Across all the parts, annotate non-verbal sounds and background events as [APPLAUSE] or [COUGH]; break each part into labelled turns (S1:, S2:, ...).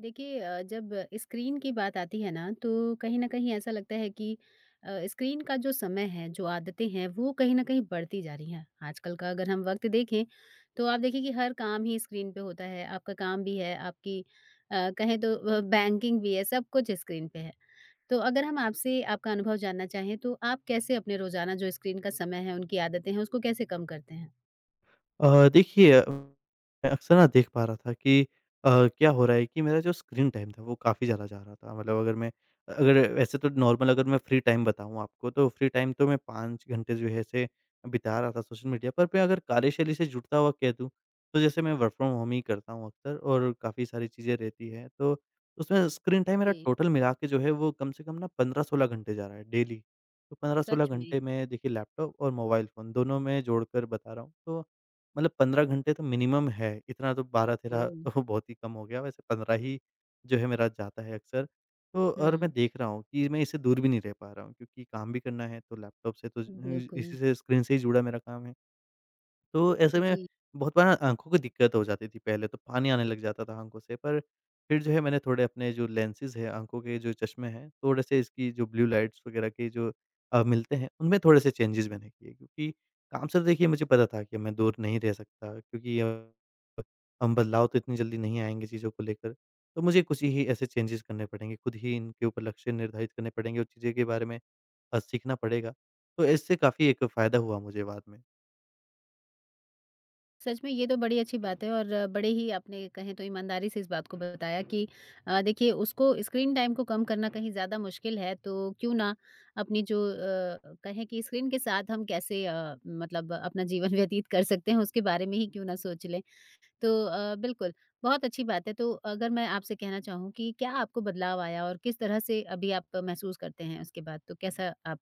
S1: देखिए जब स्क्रीन की बात आती है ना तो कहीं न कहीं ऐसा लगता है कि स्क्रीन का जो समय है, जो आदतें हैं वो कहीं न कहीं बढ़ती जा रही हैं। आजकल का अगर हम वक़्त देखें तो आप देखिए कि हर काम ही स्क्रीन पे होता है, आपका काम भी है, आपकी कहें तो बैंकिंग भी है, सब कुछ स्क्रीन पे है। तो अगर हम आपसे आपका अनुभव जानना चाहें तो आप कैसे अपने रोज़ाना जो स्क्रीन का समय है, उनकी आदतें हैं उसको कैसे कम करते हैं?
S2: देखिए मैं अक्सर ना देख पा रहा था कि अ, क्या हो रहा है कि मेरा जो स्क्रीन टाइम था वो काफ़ी ज़्यादा जा रहा था। मतलब अगर वैसे तो नॉर्मल अगर मैं फ्री टाइम बताऊँ आपको तो फ्री टाइम तो मैं 5 घंटे जो है से बिता रहा था सोशल मीडिया पर। मैं अगर कार्यशैली से जुड़ता हुआ कह दूँ तो जैसे मैं वर्क फ्रॉम होम ही करता हूँ अक्सर और काफ़ी सारी चीज़ें रहती हैं, तो उसमें स्क्रीन टाइम मेरा
S1: जी,
S2: टोटल मिला के जो है वो कम से कम ना 15-16 घंटे जा रहा है डेली। तो 15-16
S1: सच में।
S2: घंटे में देखिए लैपटॉप और मोबाइल फ़ोन दोनों में जोड़कर बता रहा हूँ, तो मतलब 15 घंटे तो मिनिमम है, इतना तो 12-13
S1: ओह!
S2: [LAUGHS] तो बहुत ही कम हो गया, वैसे 15 ही जो है मेरा जाता है अक्सर। तो और
S1: हुँ,
S2: मैं देख रहा हूँ कि मैं इससे दूर भी नहीं रह पा रहा हूँ क्योंकि काम भी करना है, तो लैपटॉप से तो
S1: बिल्कुल।
S2: इसी से स्क्रीन से ही जुड़ा मेरा काम है। तो ऐसे में
S1: जी।
S2: बहुत बार ना आँखों को दिक्कत हो जाती थी पहले तो, पानी आने लग जाता था आँखों से, पर फिर जो है मैंने थोड़े अपने जो लेंसेज़ हैं, आँखों के जो चश्मे हैं, थोड़े से इसकी जो ब्लू लाइट्स वगैरह के जो मिलते हैं, उनमें थोड़े से चेंजेज़ मैंने किए क्योंकि काम से तो देखिए मुझे पता था कि मैं दूर नहीं रह सकता, क्योंकि हम बदलाव तो इतनी जल्दी नहीं आएँगे चीज़ों को लेकर। तो मुझे कुछ ही ऐसे चेंजेज़ करने पड़ेंगे, खुद ही इनके ऊपर लक्ष्य निर्धारित करने पड़ेंगे और चीज़ें के बारे में सीखना पड़ेगा। तो इससे काफ़ी एक फ़ायदा हुआ मुझे बाद में।
S1: सच में ये तो बड़ी अच्छी बात है और बड़े ही आपने कहें तो ईमानदारी से इस बात को बताया कि देखिए उसको स्क्रीन टाइम को कम करना कहीं ज़्यादा मुश्किल है तो क्यों ना अपनी जो कहें कि स्क्रीन के साथ हम कैसे मतलब अपना जीवन [LAUGHS] व्यतीत कर सकते हैं उसके बारे में ही क्यों ना सोच लें तो बिल्कुल बहुत अच्छी बात है तो अगर मैं आपसे कहना चाहूँ कि क्या आपको बदलाव आया और किस तरह से अभी आप महसूस करते हैं उसके बाद तो कैसा आप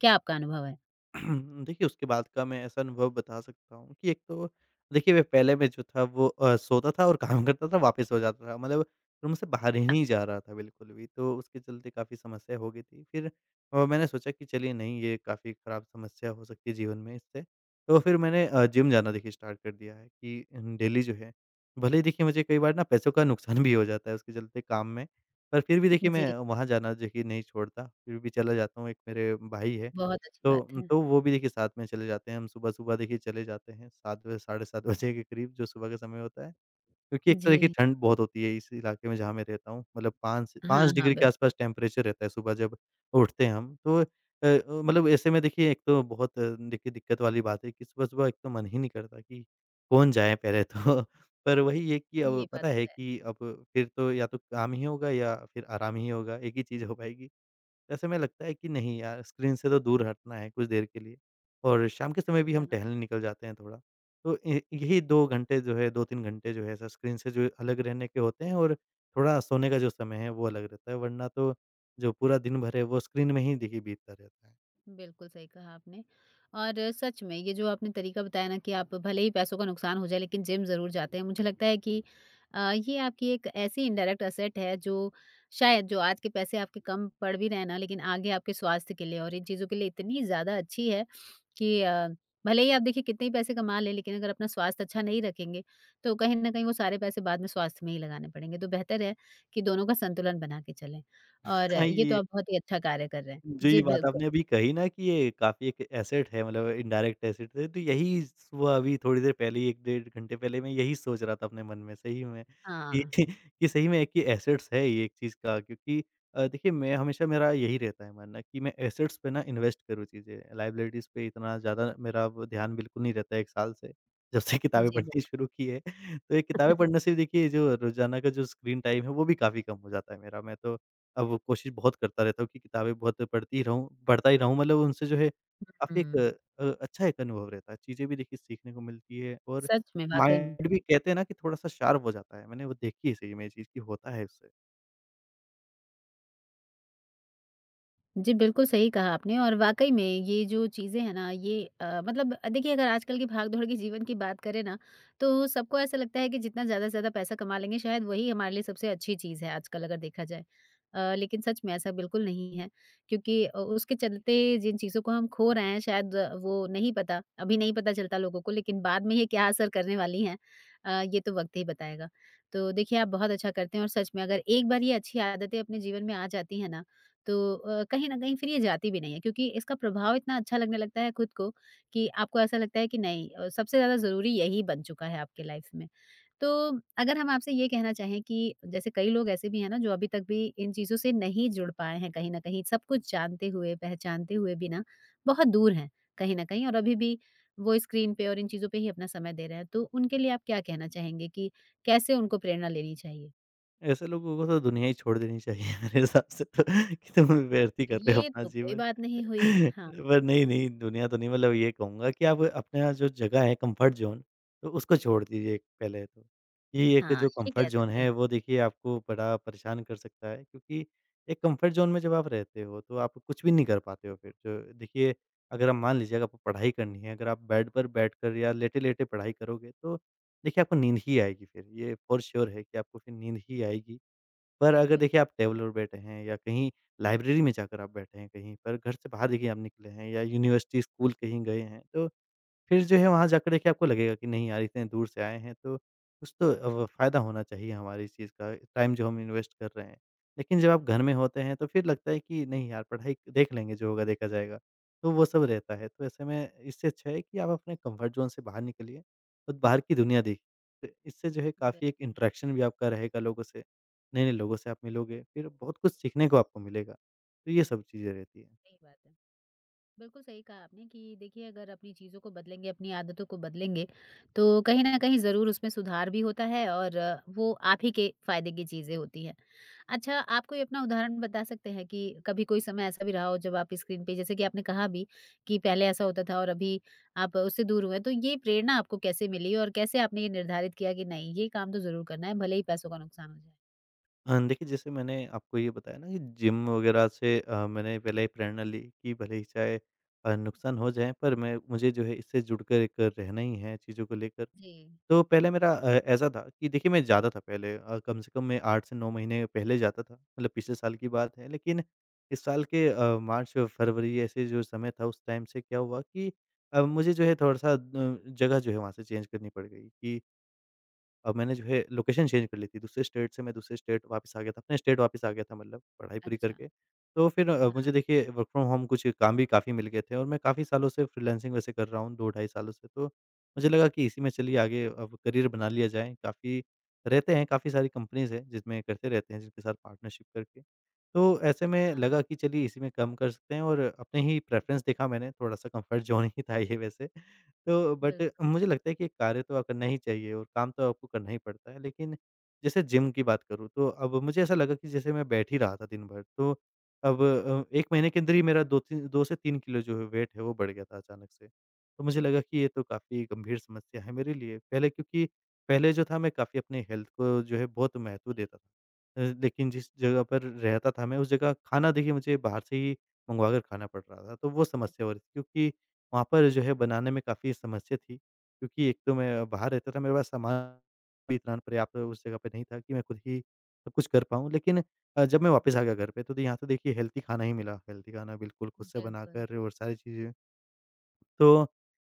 S1: क्या आपका अनुभव है?
S2: [CLEARS THROAT] देखिए, उसके बाद का मैं ऐसा अनुभव बता सकता हूँ कि एक तो देखिए, मैं पहले में जो था वो सोता था और काम करता था, वापस सो जाता था। मतलब रूम से बाहर ही नहीं जा रहा था बिल्कुल भी, तो उसके चलते काफ़ी समस्या हो गई थी। फिर मैंने सोचा कि चलिए नहीं, ये काफ़ी ख़राब समस्या हो सकती है जीवन में इससे। तो फिर मैंने जिम जाना देखिए स्टार्ट कर दिया है कि डेली जो है भले ही देखिए मुझे कई बार ना पैसों का नुकसान भी हो जाता है उसके चलते काम में, पर फिर भी देखिए
S1: जी,
S2: मैं वहाँ जाना देखिए नहीं छोड़ता, फिर भी चला जाता हूँ। एक मेरे भाई है,
S1: बहुत अच्छी
S2: तो
S1: बात है।
S2: तो वो भी देखिए साथ में चले जाते हैं। हम सुबह-सुबह देखिए चले जाते हैं 7 बजे, साढ़े 7 बजे के करीब जो सुबह का समय होता है। क्योंकि एक तो
S1: जी।
S2: देखिए ठंड बहुत होती है इस इलाके में जहाँ मैं रहता हूँ, मतलब 5 से
S1: हाँ,
S2: 5
S1: हाँ,
S2: डिग्री के
S1: बिल्कुल।
S2: आसपास टेम्परेचर रहता है सुबह जब उठते हैं हम। तो अ, मतलब ऐसे में देखिए एक तो बहुत देखिए दिक्कत वाली बात है कि सुबह-सुबह एक तो मन ही नहीं करता कि कौन जाए पहले तो। [LAUGHS] पर वही है कि अब
S1: ये बात
S2: पता है
S1: तो है,
S2: कि अब फिर तो या तो काम ही होगा या फिर आराम ही होगा, एक ही चीज़ हो पाएगी। ऐसे में लगता है कि नहीं यार, स्क्रीन से तो दूर हटना है कुछ देर के लिए और शाम के
S1: सही
S2: समय भी
S1: कहा।
S2: हम टहलने निकल जाते हैं थोड़ा। तो ए यही 2 घंटे जो है 2-3 घंटे जो है ऐसा स्क्रीन से जो अलग रहने के होते हैं और थोड़ा सोने का जो समय है वो अलग रहता है, वरना तो जो पूरा दिन भर है वो स्क्रीन में ही देखिए बीतता रहता है।
S1: बिल्कुल सही कहा आपने और सच में ये जो आपने तरीका बताया ना कि आप भले ही पैसों का नुकसान हो जाए लेकिन जिम ज़रूर जाते हैं। मुझे लगता है कि ये आपकी एक ऐसी इनडायरेक्ट असेट है जो शायद जो आज के पैसे आपके कम पड़ भी रहे हैं ना लेकिन आगे आपके स्वास्थ्य के लिए और इन चीज़ों के लिए इतनी ज़्यादा अच्छी है कि भले ही आप देखिए कितने ही पैसे कमा लें लेकिन अगर अपना स्वास्थ्य अच्छा नहीं रखेंगे तो कहीं न कहीं वो सारे पैसे बाद में स्वास्थ्य में ही लगाने पड़ेंगे। तो बेहतर है कि दोनों का संतुलन बना के चलें और
S2: [LAUGHS] हाँ,
S1: ये तो
S2: ये
S1: आप बहुत ही अच्छा कार्य कर रहे हैं।
S2: जी,
S1: जी,
S2: ये बात
S1: बिल्कुल।
S2: आपने अभी कही ना कि ये काफ़ी एक एसेट है, मतलब इनडायरेक्ट एसेट है। तो यही सुबह अभी थोड़ी देर पहले ही 1 डेढ़ घंटे पहले मैं यही सोच रहा था अपने मन में, सही में कि
S1: हाँ,
S2: [LAUGHS] कि सही में कि एसेट्स है ये एक चीज़ का। क्योंकि देखिए मैं हमेशा मेरा यही रहता है मानना कि मैं एसेट्स पे ना इन्वेस्ट करूँ चीज़ें, लायबिलिटीज़ पे इतना ज़्यादा मेरा अब ध्यान बिल्कुल नहीं रहता है 1 साल से, जब से किताबें
S1: जी
S2: पढ़नी
S1: बिल्कुल,
S2: शुरू की है। तो ये किताबें पढ़ने से देखिए जो रोज़ाना का जो स्क्रीन टाइम है वो भी काफ़ी कम हो जाता है मेरा। मैं तो अब कोशिश बहुत करता रहता हूँ कि किताबें बहुत पढ़ती रहूँ पढ़ता ही रहूँ, मतलब उनसे जो है
S1: हुँ।
S2: काफ़ी एक अच्छा एक अनुभव रहता है। चीज़ें भी देखिए सीखने को मिलती है और
S1: सच में, वाक़ई में।
S2: माइंड भी कहते हैं ना कि थोड़ा-सा शार्प हो जाता है। मैंने वो देखी है सही में ये चीज़ कि होता है उससे।
S1: जी, बिल्कुल सही कहा आपने और वाक़ई में ये जो चीज़ें हैं ना ये मतलब देखिए अगर आजकल की भाग-दौड़ के जीवन की बात करें ना, तो सबको ऐसा लगता है कि जितना ज़्यादा से ज़्यादा पैसा कमा लेंगे शायद वही हमारे लिए सबसे अच्छी चीज़ है आजकल अगर देखा जाए। लेकिन सच में ऐसा बिल्कुल नहीं है क्योंकि उसके चलते जिन चीज़ों को हम खो रहे हैं शायद वो नहीं पता, अभी नहीं पता चलता लोगों को लेकिन बाद में ये क्या असर करने वाली हैं ये तो वक़्त ही बताएगा। तो देखिए आप बहुत अच्छा करते हैं और सच में अगर एक बार ये अच्छी आदतें अपने जीवन में आ जाती हैं ना, तो कहीं न कहीं फिर ये जाती भी नहीं है क्योंकि इसका प्रभाव इतना अच्छा लगने लगता है खुद को कि आपको ऐसा लगता है कि नहीं सबसे ज़्यादा ज़रूरी यही बन चुका है आपकी लाइफ में। तो अगर हम आपसे ये कहना चाहें कि जैसे कई लोग ऐसे भी हैं ना जो अभी तक भी इन चीज़ों से नहीं जुड़ पाए हैं कहीं न कहीं, सब कुछ जानते हुए, पहचानते हुए भी ना बहुत दूर हैं कहीं न कहीं और अभी भी वो स्क्रीन पे और इन चीज़ों पे ही अपना समय दे रहे हैं। तो उनके लिए आप क्या कहना चाहेंगे कि कैसे उनको प्रेरणा लेनी चाहिए?
S2: ऐसे लोगों को तो दुनिया ही छोड़ देनी चाहिए [LAUGHS] मेरे हिसाब से तो [LAUGHS] कि तुम व्यर्थ ही कर रहे हो
S1: ये
S2: अपना
S1: तो कोई
S2: जीवन।
S1: बात
S2: [LAUGHS]
S1: नहीं हुई। हाँ,
S2: पर नहीं, नहीं दुनिया तो नहीं, मतलब ये कहूँगा कि आप अपना जो जगह है कम्फ़र्ट ज़ोन, तो उसको छोड़ दीजिए पहले तो। ये एक
S1: हाँ,
S2: जो
S1: ये कह
S2: कम्फ़र्ट ज़ोन
S1: सकते हैं।
S2: है वो देखिए आपको बड़ा परेशान कर सकता है, क्योंकि एक कम्फ़र्ट ज़ोन में जब आप रहते हो तो आप कुछ भी नहीं कर पाते हो फिर। जो देखिए अगर आप मान लीजिए अगर आपको पढ़ाई करनी है, अगर आप बेड पर बैठकर या लेटे-लेटे पढ़ाई करोगे तो देखिए, आपको नींद ही आएगी फिर, ये फ़ॉर श्योर है कि आपको फिर नींद ही आएगी। पर अगर
S1: बिल्कुल,
S2: देखिए आप टेबल पर बैठे हैं या कहीं लाइब्रेरी में जाकर आप बैठे हैं कहीं पर, घर से बाहर देखिए आप निकले हैं या यूनिवर्सिटी, स्कूल कहीं गए हैं, तो फिर जो है वहाँ जाकर देखिए आपको लगेगा कि नहीं यार इतने दूर से आए हैं, तो कुछ तो अब फ़ायदा होना चाहिए हमारी इस चीज़ का, टाइम जो हम
S1: सही बात
S2: इन्वेस्ट कर रहे हैं। लेकिन जब आप घर में होते हैं तो फिर लगता है कि नहीं यार पढ़ाई देख लेंगे, जो होगा देखा जाएगा, तो वो सब रहता है। तो ऐसे में इससे अच्छा है कि आप अपने कम्फर्ट ज़ोन से बाहर निकलिए और बाहर की दुनिया देखिए। तो इससे जो है काफ़ी एक
S1: बिल्कुल,
S2: इंटरेक्शन भी आपका रहेगा लोगों से, नए-नए लोगों से आप मिलोगे, फिर बहुत कुछ सीखने को आपको मिलेगा। तो ये सब चीज़ें रहती हैं।
S1: सही बात है। बिल्कुल सही कहा आपने कि देखिए अगर अपनी चीज़ों को बदलेंगे, अपनी आदतों को बदलेंगे, तो कहीं न कहीं ज़रूर उसमें सुधार भी होता है और वो आप ही के फ़ायदे की चीज़ें होती हैं। अच्छा, आप कोई अपना उदाहरण बता सकते हैं कि कभी कोई समय ऐसा भी रहा हो जब आप स्क्रीन पे जैसे कि आपने कहा भी कि पहले ऐसा होता था और अभी आप उससे दूर हुए, तो ये प्रेरणा आपको कैसे मिली और कैसे आपने ये निर्धारित किया कि नहीं, ये काम तो ज़रूर करना है, भले ही पैसों का नुकसान हो जाए?
S2: देखिए जैसे मैंने आपको ये बताया ना कि जिम वगैरह से मैंने पहले ही प्रेरणा ली कि भले ही चाहे नुकसान हो जाए, पर मैं मुझे जो है इससे जुड़कर एक रहना ही है चीज़ों को लेकर।
S1: जी,
S2: तो पहले मेरा ऐसा था कि देखिए मैं जाता था पहले कम से कम मैं 8 से 9 महीने पहले जाता था, मतलब पिछले साल की बात है। लेकिन इस साल के मार्च, फरवरी ऐसे जो समय था उस टाइम से क्या हुआ कि मुझे जो है थोड़ा-सा जगह जो है वहाँ से चेंज करनी पड़ गई कि और मैंने जो है लोकेशन चेंज कर ली थी, दूसरे स्टेट से मैं दूसरे स्टेट वापस आ गया था, अपने स्टेट वापस आ गया था, मतलब पढ़ाई पूरी
S1: अच्छा।
S2: करके। तो फिर
S1: हाँ,
S2: मुझे देखिए वर्क फ्रॉम होम कुछ काम भी काफ़ी मिल गए थे और मैं काफ़ी सालों से फ्रीलांसिंग वैसे कर रहा हूँ, 2 ढाई सालों से। तो मुझे लगा कि इसी में चलिए आगे अब करियर बना लिया जाए, काफ़ी रहते हैं, काफ़ी सारी कंपनीज़ हैं जिसमें करते रहते हैं, जिनके साथ पार्टनरशिप करके। तो ऐसे में
S1: हाँ,
S2: लगा कि चलिए इसी में काम कर सकते हैं और अपने ही प्रेफ़रेंस देखा मैंने, थोड़ा-सा कम्फ़र्ट ज़ोन ही था ये वैसे। तो
S1: बिल्कुल
S2: बट मुझे लगता है कि कार्य तो करना ही चाहिए और काम तो आपको करना ही पड़ता है। लेकिन जैसे जिम की बात करूँ तो अब मुझे ऐसा लगा कि जैसे मैं बैठ ही रहा था दिन भर, तो अब 1 महीने के अंदर ही मेरा 2-3 2 से 3 किलो जो है वेट है वो बढ़ गया था अचानक से। तो मुझे लगा कि ये तो काफ़ी गंभीर समस्या है मेरे लिए। पहले क्योंकि पहले जो था मैं काफ़ी अपने हेल्थ को जो है बहुत महत्व देता था। लेकिन जिस जगह पर रहता था मैं उस जगह खाना देखिए मुझे बाहर से ही मँगवा कर खाना पड़ रहा था। तो वो समस्या हो रही थी क्योंकि वहाँ पर जो है
S1: सच।
S2: बनाने में काफ़ी समस्या थी, क्योंकि एक तो मैं बाहर रहता था, मेरे पास सामान भी इतना पर्याप्त उस जगह पे नहीं था कि मैं खुद ही सब कुछ कर पाऊँ। लेकिन जब मैं वापस आ गया घर पे तो यहाँ तो देखिए हेल्दी खाना ही मिला, हेल्दी खाना बिल्कुल खुद से
S1: बिल्कुल।
S2: बनाकर और सारी चीज़ें। तो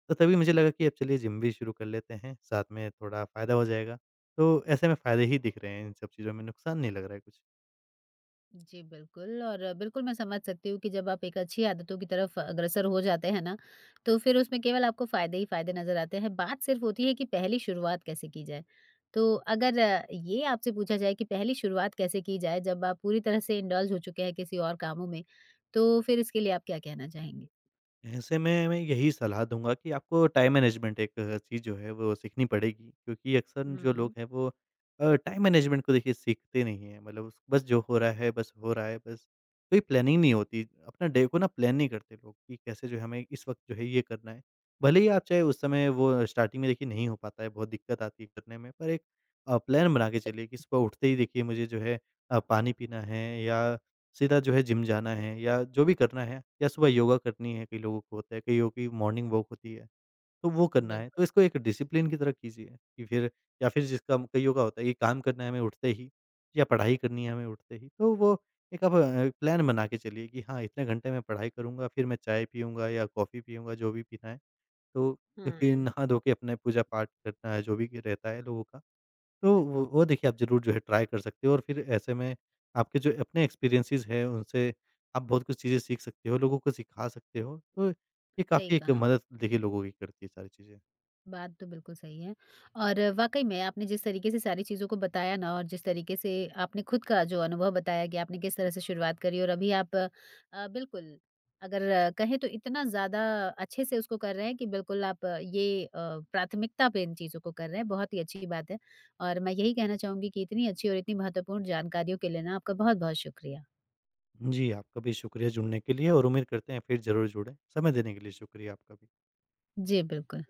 S2: तो तभी मुझे लगा कि अब चलिए जिम भी शुरू कर लेते हैं, साथ में थोड़ा फ़ायदा हो जाएगा। तो ऐसे में फ़ायदे ही दिख रहे हैं इन सब चीज़ों में, नुकसान नहीं लग रहा है कुछ।
S1: जी, बिल्कुल और बिल्कुल मैं समझ सकती हूँ कि जब आप एक अच्छी आदतों की तरफ अग्रसर हो जाते हैं ना, तो फिर उसमें केवल आपको फ़ायदे ही फ़ायदे नज़र आते हैं। बात सिर्फ़ होती है कि पहली शुरुआत कैसे की जाए? तो अगर ये आपसे पूछा जाए कि पहली शुरुआत कैसे की जाए जब आप पूरी तरह से इंडल्ज हो चुके हैं किसी और कामों में, तो फिर इसके लिए आप क्या कहना चाहेंगी?
S2: ऐसे में मैं यही सलाह दूँगा कि आपको टाइम मैनेजमेंट एक चीज़ जो है वो सीखनी पड़ेगी क्योंकि अक्सर
S1: हुँ,
S2: जो लोग
S1: हुँ।
S2: हैं वो टाइम मैनेजमेंट को देखिए सीखते नहीं हैं, मतलब उस बस जो हो रहा है बस हो रहा है बस कोई प्लानिंग नहीं होती, अपना डे को ना प्लान नहीं करते लोग कि कैसे जो है हमें इस वक्त जो है ये करना है। भले ही आप चाहे उस समय वो स्टार्टिंग में देखिए नहीं हो पाता है, बहुत दिक्कत आती है करने में, पर एक प्लान बना के चलिए कि सुबह उठते ही देखिए मुझे जो है पानी पीना है या सीधा जो है जिम जाना है या जो भी करना है या सुबह योगा करनी है, कई लोगों को होता है, कईयों की मॉर्निंग वॉक होती है, तो वो करना है। तो
S1: बिल्कुल,
S2: इसको एक डिसिप्लिन की तरह कीजिए कि फिर या फिर जिसका कईयों का होता है कि काम करना है हमें उठते ही या पढ़ाई करनी है हमें उठते ही, तो वो एक आप प्लान बना के चलिए कि हाँ, इतने घंटे मैं पढ़ाई करूँगा, फिर मैं चाय पीऊँगा या कॉफ़ी पीऊँगा, जो भी पीना है। तो फिर
S1: हुँ।
S2: नहा धो के अपने पूजा-पाठ करना है, जो भी रहता है लोगों का। तो वो देखिए आप ज़रूर जो है ट्राई कर सकते हो और फिर ऐसे में आपके जो अपने एक्सपीरियंसेस हैं उनसे आप बहुत कुछ चीज़ें सीख सकते हो, लोगों को सिखा सकते हो। तो ये
S1: सही
S2: काफ़ी एक
S1: कहा
S2: मदद देखिए लोगों की करती है सारी चीज़ें।
S1: बात तो बिल्कुल सही है और वाक़ई में आपने जिस तरीके से सारी चीज़ों को बताया ना और जिस तरीके से आपने खुद का जो अनुभव बताया कि आपने किस तरह से शुरुआत करी और अभी आप बिल्कुल अगर कहें तो इतना ज़्यादा अच्छे से उसको कर रहे हैं कि बिल्कुल आप ये प्राथमिकता पे इन चीज़ों को कर रहे हैं, बहुत ही अच्छी बात है। और मैं यही कहना चाहूँगी कि इतनी अच्छी और इतनी महत्वपूर्ण जानकारियों के लिए ना आपका बहुत-बहुत शुक्रिया।
S2: जी, आपका भी शुक्रिया जुड़ने के लिए और उम्मीद करते हैं फिर ज़रूर जुड़ें। समय देने के लिए शुक्रिया आपका भी।
S1: जी, बिल्कुल।